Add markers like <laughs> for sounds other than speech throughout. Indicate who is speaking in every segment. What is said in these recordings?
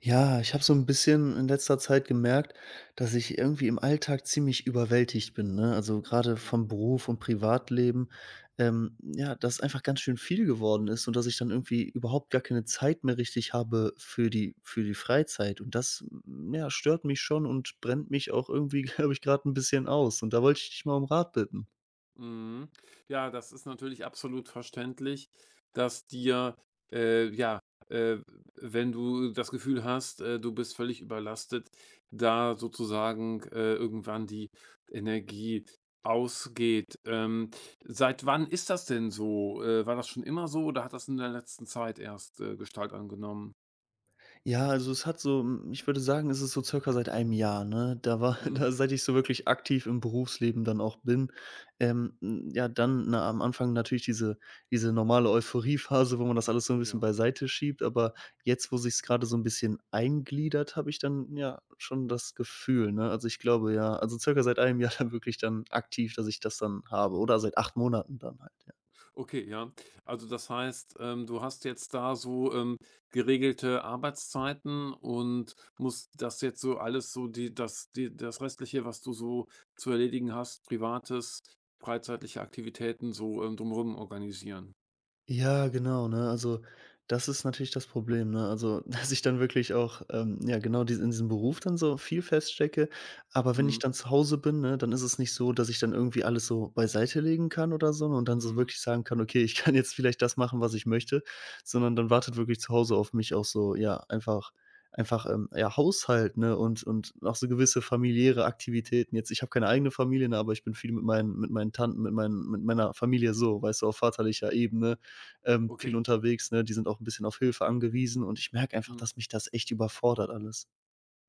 Speaker 1: Ja, ich habe so ein bisschen in letzter Zeit gemerkt, dass ich irgendwie im Alltag ziemlich überwältigt bin, ne? Also, gerade
Speaker 2: Mhm.
Speaker 1: vom Beruf und Privatleben, ja, dass einfach ganz schön viel geworden ist und dass ich dann irgendwie überhaupt gar keine Zeit mehr richtig habe für die Freizeit. Und das, ja, stört mich schon und brennt mich auch irgendwie, <laughs> glaube ich, gerade ein bisschen aus. Und da wollte ich dich mal um Rat bitten.
Speaker 2: Mhm. Ja, das ist natürlich absolut verständlich, dass dir, äh, ja, äh, wenn du das Gefühl hast, du bist völlig überlastet, da sozusagen irgendwann die Energie ausgeht. Seit wann ist das denn so? War das schon immer so oder hat das in der letzten Zeit erst Gestalt angenommen?
Speaker 1: Ja, also es hat so ich würde sagen, es ist so circa seit einem Jahr, ne? Da war <laughs>
Speaker 2: Mhm.
Speaker 1: da seit ich so wirklich aktiv im Berufsleben dann auch bin, ja, dann, ne, am Anfang natürlich diese normale Euphoriephase, wo man das alles so ein bisschen
Speaker 2: Ja.
Speaker 1: beiseite schiebt, aber jetzt, wo sich's gerade so ein bisschen eingliedert, habe ich dann, ja, schon das Gefühl, ne? Also, ich glaube, ja also circa seit einem Jahr <laughs> dann wirklich dann aktiv, dass ich das dann habe oder seit 8 Monaten dann halt, ja.
Speaker 2: Okay, ja. Also das heißt, du hast jetzt da so, geregelte Arbeitszeiten und musst das jetzt so alles so die das Restliche, was du so zu erledigen hast, Privates, freizeitliche Aktivitäten so, drumrum organisieren.
Speaker 1: Ja, genau, ne? Also, das ist natürlich das Problem, ne? Also, <laughs> dass ich dann wirklich auch, ja, genau dies in diesem Beruf dann so viel feststecke. Aber wenn ich
Speaker 2: Mhm,
Speaker 1: dann zu Hause bin, ne, dann ist es nicht so, dass ich dann irgendwie alles so beiseite legen kann oder so ne, und dann so
Speaker 2: mhm,
Speaker 1: wirklich sagen kann: „Okay, ich <laughs> kann jetzt vielleicht das machen, was ich möchte", sondern dann wartet wirklich zu Hause auf mich auch so, ja, einfach, ja, Haushalt, ne, und auch so gewisse familiäre Aktivitäten. Jetzt ich habe keine eigene Familie, ne, aber ich bin viel mit meinen Tanten, mit meiner Familie so, weißt du, auf vaterlicher Ebene viel
Speaker 2: okay,
Speaker 1: unterwegs, ne? Die sind auch ein bisschen auf Hilfe angewiesen und ich merke einfach,
Speaker 2: mhm,
Speaker 1: dass mich das echt überfordert alles.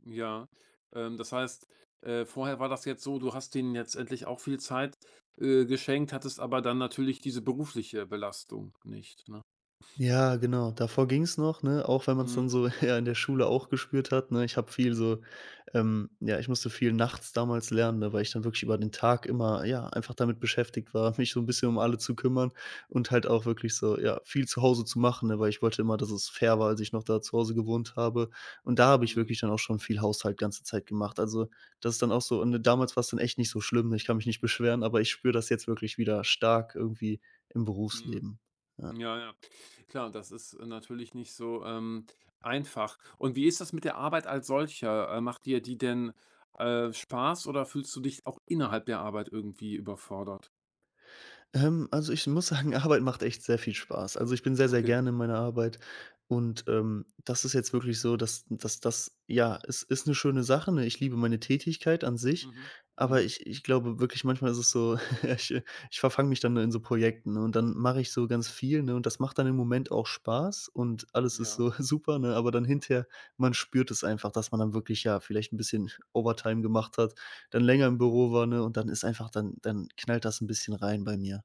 Speaker 2: ja. Das heißt, vorher war das jetzt so, du hast denen jetzt endlich auch viel Zeit, geschenkt, hattest aber dann natürlich diese berufliche Belastung nicht, ne?
Speaker 1: Ja, genau. Davor ging's noch, ne? Auch wenn man es
Speaker 2: Mhm,
Speaker 1: dann so <laughs> ja in der Schule auch gespürt hat, ne? Ich habe viel so ja, ich musste viel nachts damals lernen, ne, weil ich dann wirklich über den Tag immer, ja, einfach damit beschäftigt war, <laughs> mich so ein bisschen um alle zu kümmern und halt auch wirklich so, ja, viel zu Hause zu machen, ne, weil ich wollte immer, dass es fair war, als ich noch da zu Hause gewohnt habe. Und da habe ich
Speaker 2: mhm,
Speaker 1: wirklich dann auch schon viel Haushalt ganze Zeit gemacht. Also, das ist dann auch so und damals war's dann echt nicht so schlimm, ne? Ich kann mich nicht beschweren, aber ich spüre das jetzt wirklich wieder stark irgendwie im
Speaker 2: mhm.
Speaker 1: Berufsleben. Ja.
Speaker 2: Ja, ja. Klar, das ist, natürlich nicht so, einfach. Und wie ist das mit der Arbeit als solcher? Macht dir die denn, Spaß oder fühlst du dich auch innerhalb der Arbeit irgendwie überfordert?
Speaker 1: Also, ich muss sagen, <laughs> Arbeit macht echt sehr viel Spaß. Also, ich bin sehr, sehr
Speaker 2: Okay.
Speaker 1: gerne in meiner Arbeit und, das ist jetzt wirklich so, dass das ja, es ist eine schöne Sache, ne? Ich liebe meine Tätigkeit an sich,
Speaker 2: Mhm.
Speaker 1: aber
Speaker 2: Mhm.
Speaker 1: ich glaube wirklich, manchmal ist es so, <laughs> ich äh, ich verfange mich dann in so Projekten, ne, und dann mache ich so ganz viel, ne, und das macht dann im Moment auch Spaß und alles ist
Speaker 2: Ja.
Speaker 1: so <laughs> super, ne, aber dann hinterher man spürt es einfach, dass man dann wirklich, ja, vielleicht ein bisschen Overtime gemacht hat, dann länger im
Speaker 2: Mhm.
Speaker 1: Büro war, ne, und dann ist einfach dann knallt das ein bisschen rein bei mir.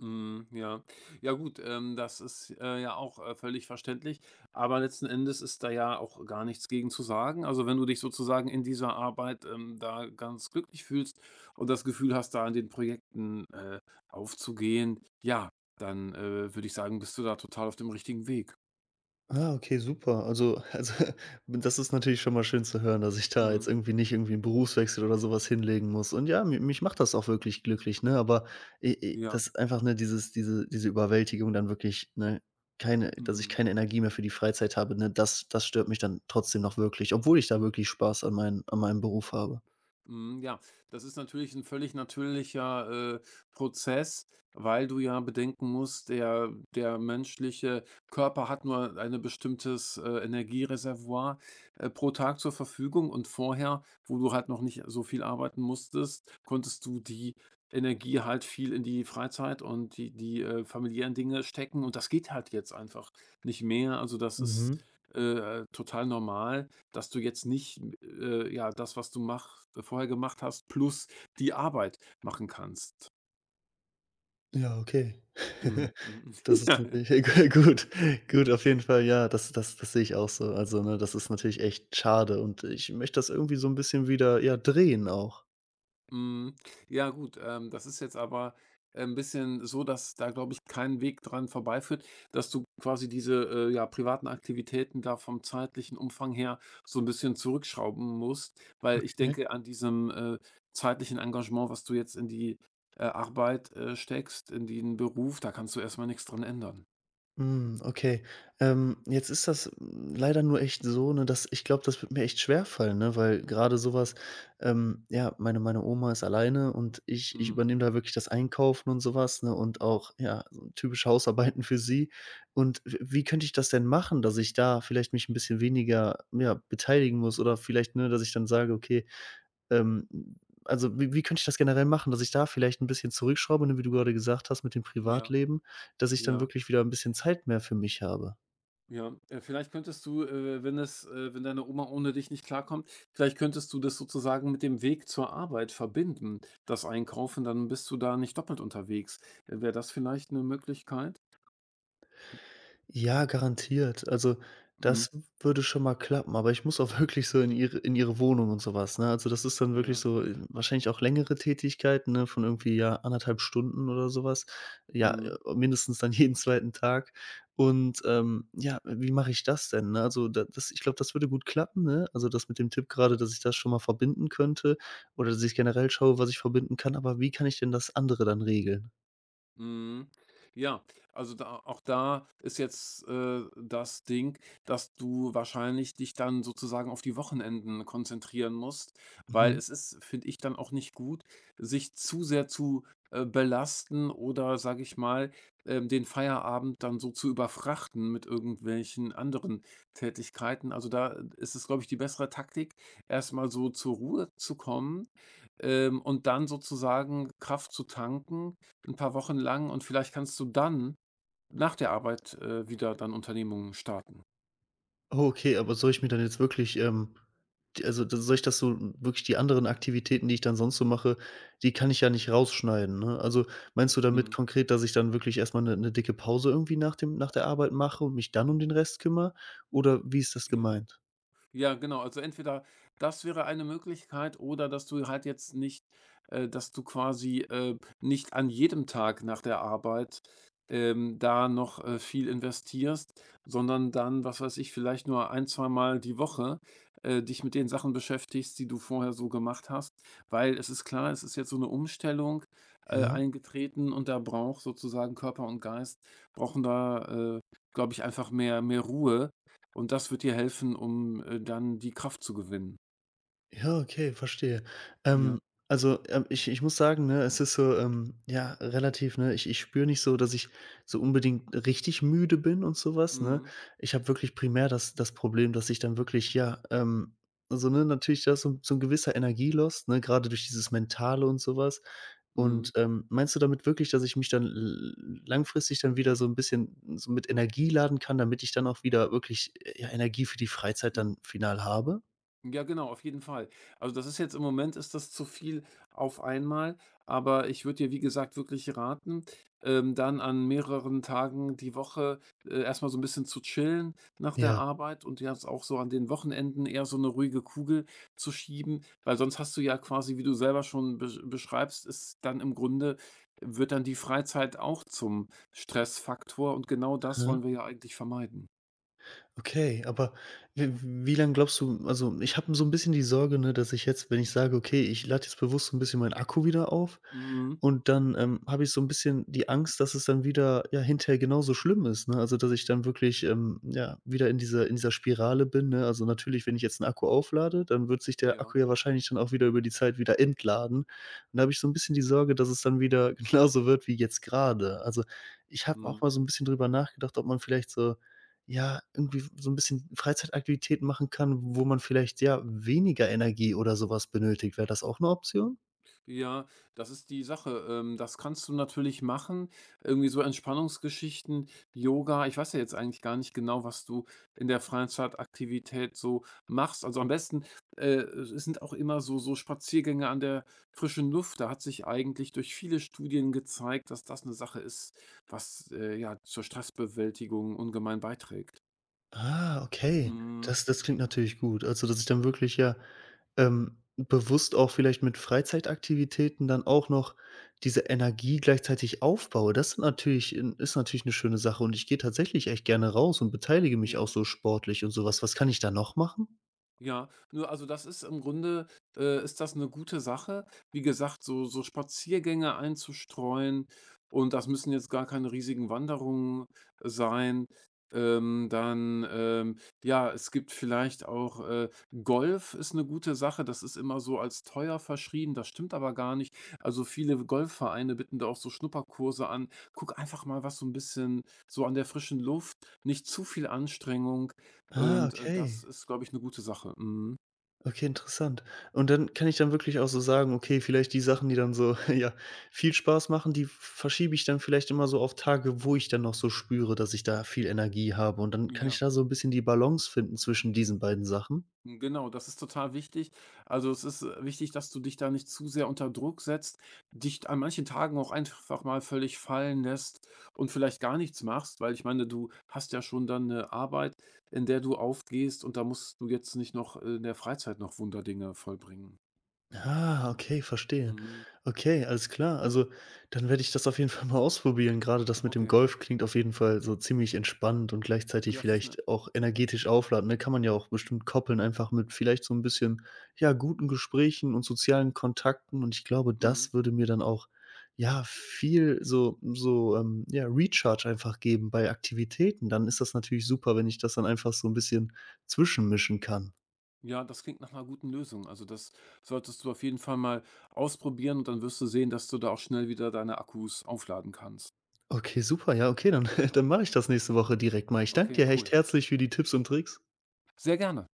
Speaker 2: Mhm, ja. Ja gut, das ist, ja auch, völlig verständlich, aber letzten Endes ist da ja auch gar nichts gegen zu sagen. Also, wenn du dich sozusagen in dieser Arbeit, da ganz glücklich fühlst und das Gefühl hast, da an den Projekten, aufzugehen, ja, dann, würde ich sagen, bist du da total auf dem richtigen Weg.
Speaker 1: Ah, okay, super. Also, <laughs> das ist natürlich schon mal schön zu hören, dass ich da
Speaker 2: Mhm.
Speaker 1: jetzt irgendwie nicht irgendwie 'n Berufswechsel oder sowas hinlegen muss. Und ja, mi mich macht das auch wirklich glücklich, ne? Aber i i
Speaker 2: Ja.
Speaker 1: das ist einfach, ne, diese Überwältigung dann wirklich, ne, keine dass ich
Speaker 2: Mhm.
Speaker 1: keine Energie mehr für die Freizeit habe, ne, das stört mich dann trotzdem noch wirklich, obwohl ich da wirklich Spaß an meinem Beruf habe.
Speaker 2: Mhm, ja, das ist natürlich ein völlig natürlicher, Prozess, weil du ja bedenken musst, der menschliche Körper hat nur eine bestimmtes, Energiereservoir, pro Tag zur Verfügung und vorher, wo du halt noch nicht so viel arbeiten musstest, konntest du die Energie halt viel in die Freizeit und die familiären Dinge stecken und das geht halt jetzt einfach nicht mehr. Also, das ist,
Speaker 1: Mhm.
Speaker 2: total normal. Dass du jetzt nicht, ja, das, was du mach vorher gemacht hast, plus die Arbeit machen kannst.
Speaker 1: Ja, okay.
Speaker 2: Mhm,
Speaker 1: <laughs>
Speaker 2: mhm.
Speaker 1: Das
Speaker 2: <laughs>
Speaker 1: ist
Speaker 2: Ja, ja.
Speaker 1: natürlich <laughs> gut. Gut, auf jeden Fall, ja, das sehe ich auch so. Also, ne, das ist natürlich echt schade und ich möchte das irgendwie so ein bisschen wieder, ja, drehen auch.
Speaker 2: Mhm. Ja gut, das ist jetzt aber ein bisschen so, dass da, glaube ich, kein Weg dran vorbeiführt, dass du quasi diese, ja, privaten Aktivitäten da vom zeitlichen Umfang her so ein bisschen zurückschrauben musst, weil ich
Speaker 1: Okay.
Speaker 2: denke, an diesem, zeitlichen Engagement, was du jetzt in die, Arbeit, steckst, in den Beruf, da kannst du erstmal nichts dran ändern.
Speaker 1: Hm, okay. Jetzt ist das leider nur echt so, ne, dass ich glaube, das wird mir echt schwer fallen, ne, weil gerade sowas, ja, meine Oma ist alleine und ich
Speaker 2: Mhm.
Speaker 1: übernehme da wirklich das Einkaufen und sowas, ne, und auch, ja, so typische Hausarbeiten für sie. Und w wie könnte ich das denn machen, dass ich da vielleicht mich ein bisschen weniger, ja, beteiligen muss oder vielleicht, ne, dass ich dann sage: „Okay, ähm, also, wie könnte ich das generell machen, dass ich da vielleicht ein bisschen zurückschraube, ne, wie du gerade gesagt hast mit dem
Speaker 2: Ja,
Speaker 1: Privatleben, dass ich dann
Speaker 2: ja,
Speaker 1: wirklich wieder ein bisschen Zeit mehr für mich habe?
Speaker 2: ja. Vielleicht könntest du, wenn es wenn deine Oma ohne dich nicht klarkommt, vielleicht könntest du das sozusagen mit dem Weg zur Arbeit verbinden, das Einkaufen, dann bist du da nicht doppelt unterwegs. Wäre das vielleicht eine Möglichkeit?
Speaker 1: Ja, garantiert. Also,
Speaker 2: Mhm,
Speaker 1: das würde schon mal klappen, aber ich muss auch <laughs> wirklich so in ihre Wohnung und sowas, ne? Also, das ist dann wirklich
Speaker 2: ja,
Speaker 1: so wahrscheinlich auch längere Tätigkeiten, ne, von irgendwie, ja, 1,5 Stunden oder sowas. Was. Ja,
Speaker 2: mhm.
Speaker 1: mindestens dann <laughs> jeden zweiten Tag. Und, ja, wie mache ich das denn, ne? Also, da das ich glaube, das würde gut klappen, ne? Also, das mit dem Tipp gerade, dass ich das schon mal verbinden könnte oder dass ich generell schaue, was ich verbinden kann, aber wie kann ich denn das andere dann regeln?
Speaker 2: Mhm. Ja, also da ist jetzt, das Ding, dass du wahrscheinlich dich dann sozusagen auf die Wochenenden konzentrieren musst, weil
Speaker 1: Mhm.
Speaker 2: es ist, finde ich, dann auch nicht gut, sich zu sehr zu, belasten oder, sage ich mal, den Feierabend dann so zu überfrachten mit irgendwelchen anderen Tätigkeiten. Also, da ist es, glaube ich, die bessere Taktik, erstmal so zur Ruhe zu kommen, und dann sozusagen Kraft zu tanken ein paar Wochen lang und vielleicht kannst du dann nach der Arbeit, wieder dann Unternehmungen starten.
Speaker 1: Oh, okay, aber soll ich mir dann jetzt wirklich, d also, d soll ich das so wirklich die anderen Aktivitäten, die ich dann sonst so mache, die kann ich ja nicht rausschneiden, ne? Also, meinst du damit
Speaker 2: Mhm,
Speaker 1: konkret, dass ich dann wirklich erst mal eine dicke Pause irgendwie nach der Arbeit mache und mich dann um den Rest kümmere? Oder wie ist das
Speaker 2: ja.
Speaker 1: gemeint?
Speaker 2: Ja, genau. Also entweder das wäre eine Möglichkeit oder dass du halt jetzt nicht dass du quasi, nicht an jedem Tag nach der Arbeit, da noch, viel investierst, sondern dann, was weiß ich, vielleicht nur ein zweimal die Woche, dich mit den Sachen beschäftigst, die du vorher so gemacht hast. Weil es ist klar, es ist jetzt so eine Umstellung,
Speaker 1: Ja?
Speaker 2: eingetreten und da braucht sozusagen Körper und Geist brauchen da, glaube ich, einfach mehr Ruhe. Und das wird dir helfen, um, dann die Kraft zu gewinnen.
Speaker 1: Ja, okay, verstehe.
Speaker 2: Ja.
Speaker 1: Ähm, also, ich muss sagen, ne, es ist so, ja, relativ, ne, ich spüre nicht so, dass ich so unbedingt richtig müde bin und so was, ne?
Speaker 2: Mhm.
Speaker 1: Ich habe wirklich primär das Problem, dass ich dann wirklich, ja, also, ne, natürlich da ist so ein gewisser Energielost, ne, gerade durch dieses Mentale und so was.
Speaker 2: Mhm.
Speaker 1: Und, meinst du damit wirklich, dass ich mich dann l langfristig dann wieder so ein bisschen so mit Energie laden kann, damit ich dann auch wieder wirklich, ja, Energie für die Freizeit
Speaker 2: Mhm.
Speaker 1: dann final habe?
Speaker 2: Ja, genau, auf jeden Fall. Also das ist jetzt im Moment ist das zu viel auf einmal, aber ich würde dir, wie gesagt, wirklich raten, dann an mehreren Tagen die Woche erstmal so ein bisschen zu chillen nach der
Speaker 1: Ja.
Speaker 2: Arbeit und jetzt auch so an den Wochenenden eher so eine ruhige Kugel zu schieben, weil sonst hast du ja quasi, wie du selber schon beschreibst, ist dann im Grunde, wird dann die Freizeit auch zum Stressfaktor und genau das wollen wir ja eigentlich vermeiden.
Speaker 1: Okay, aber w wie lange glaubst du also, ich habe so ein bisschen die Sorge, ne, dass ich jetzt, wenn ich sage: „Okay, ich lade jetzt bewusst so ein bisschen meinen Akku wieder auf"
Speaker 2: Mhm.
Speaker 1: und dann, habe ich so ein bisschen die Angst, dass es dann wieder, ja, hinterher genauso schlimm ist, ne? Also, dass ich dann wirklich, ja, wieder in dieser Spirale bin, ne? Also, natürlich, wenn ich jetzt einen Akku auflade, dann wird sich der
Speaker 2: Ja.
Speaker 1: Akku ja wahrscheinlich dann auch wieder über die Zeit wieder entladen. Und da habe ich so ein bisschen die Sorge, dass es dann wieder <laughs> genauso wird wie jetzt gerade. Also, ich habe auch
Speaker 2: Mhm.
Speaker 1: mal so ein bisschen drüber nachgedacht, ob man vielleicht so ja, irgendwie so ein bisschen Freizeitaktivitäten machen kann, wo man vielleicht, ja, weniger Energie oder sowas benötigt. Wäre das auch eine Option?
Speaker 2: Ja, das ist die Sache. Das kannst du natürlich machen. Irgendwie so Entspannungsgeschichten, Yoga. Ich weiß ja jetzt eigentlich gar nicht genau, was du in der Freizeitaktivität so machst. Also am besten es sind auch immer so, so Spaziergänge an der frischen Luft. Da hat sich eigentlich durch viele Studien gezeigt, dass das eine Sache ist, was ja zur Stressbewältigung ungemein beiträgt.
Speaker 1: Ah, okay.
Speaker 2: Mhm.
Speaker 1: Das klingt natürlich gut. Also, dass ich dann wirklich ja, bewusst auch vielleicht mit Freizeitaktivitäten dann auch noch diese Energie gleichzeitig aufbaue. Das sind natürlich 'n ist natürlich eine schöne Sache und ich gehe tatsächlich echt gerne raus und beteilige mich auch
Speaker 2: Ja.
Speaker 1: so sportlich und sowas. Was kann ich da noch machen?
Speaker 2: Ja, nur also das ist im Grunde ist das eine gute Sache. Wie gesagt, so Spaziergänge einzustreuen und das müssen jetzt gar keine riesigen Wanderungen sein. Ja, es gibt vielleicht auch, Golf ist eine gute Sache. Das ist immer so als teuer verschrien, das stimmt aber gar nicht. Also, viele Golfvereine bieten da auch so Schnupperkurse an. Guck einfach mal, was so ein bisschen so an der frischen Luft, nicht zu viel Anstrengung
Speaker 1: Ah,
Speaker 2: und, das
Speaker 1: okay.
Speaker 2: ist, glaube ich, eine gute Sache. Mhm.
Speaker 1: Okay, interessant. Und dann kann ich dann wirklich auch so sagen, okay, vielleicht die Sachen, die dann so, <laughs> ja, viel Spaß machen, die verschiebe ich dann vielleicht immer so auf Tage, wo ich dann noch so spüre, dass ich da viel Energie habe. Und dann kann ich
Speaker 2: Ja,
Speaker 1: da so ein bisschen die Balance finden zwischen diesen beiden Sachen?
Speaker 2: genau, das ist total wichtig. Also, es ist, wichtig, dass du dich da nicht zu sehr unter Druck setzt, dich an manchen Tagen auch einfach mal völlig fallen lässt und vielleicht gar nichts machst, weil ich meine, du hast ja schon dann eine Arbeit, in der du aufgehst und da musst du jetzt nicht noch in der Freizeit noch Wunderdinge vollbringen.
Speaker 1: Ah, okay, verstehe.
Speaker 2: Mhm,
Speaker 1: Okay, alles klar. Also, dann werde ich das auf jeden Fall mal ausprobieren. Gerade das mit dem
Speaker 2: okay.
Speaker 1: Golf klingt auf jeden Fall so ziemlich entspannt und gleichzeitig
Speaker 2: Das ist eine.
Speaker 1: vielleicht auch energetisch aufladen. Ne? Kann man ja auch bestimmt koppeln, einfach mit vielleicht so ein bisschen, ja, guten Gesprächen und sozialen Kontakten. Und ich glaube, das würde mir dann auch, ja, viel so, so, ja, Recharge einfach geben bei Aktivitäten. Dann ist das natürlich super, wenn ich das dann einfach so ein bisschen zwischenmischen kann.
Speaker 2: Ja, das klingt nach einer guten Lösung. Also, das solltest du auf jeden Fall mal ausprobieren und dann wirst du sehen, dass du da auch schnell wieder deine Akkus aufladen kannst.
Speaker 1: Okay, super. Ja, okay, dann <laughs> dann mache ich das nächste Woche direkt mal. Ich danke
Speaker 2: Okay,
Speaker 1: dir
Speaker 2: cool.
Speaker 1: echt herzlich für die Tipps und Tricks.
Speaker 2: Sehr gerne.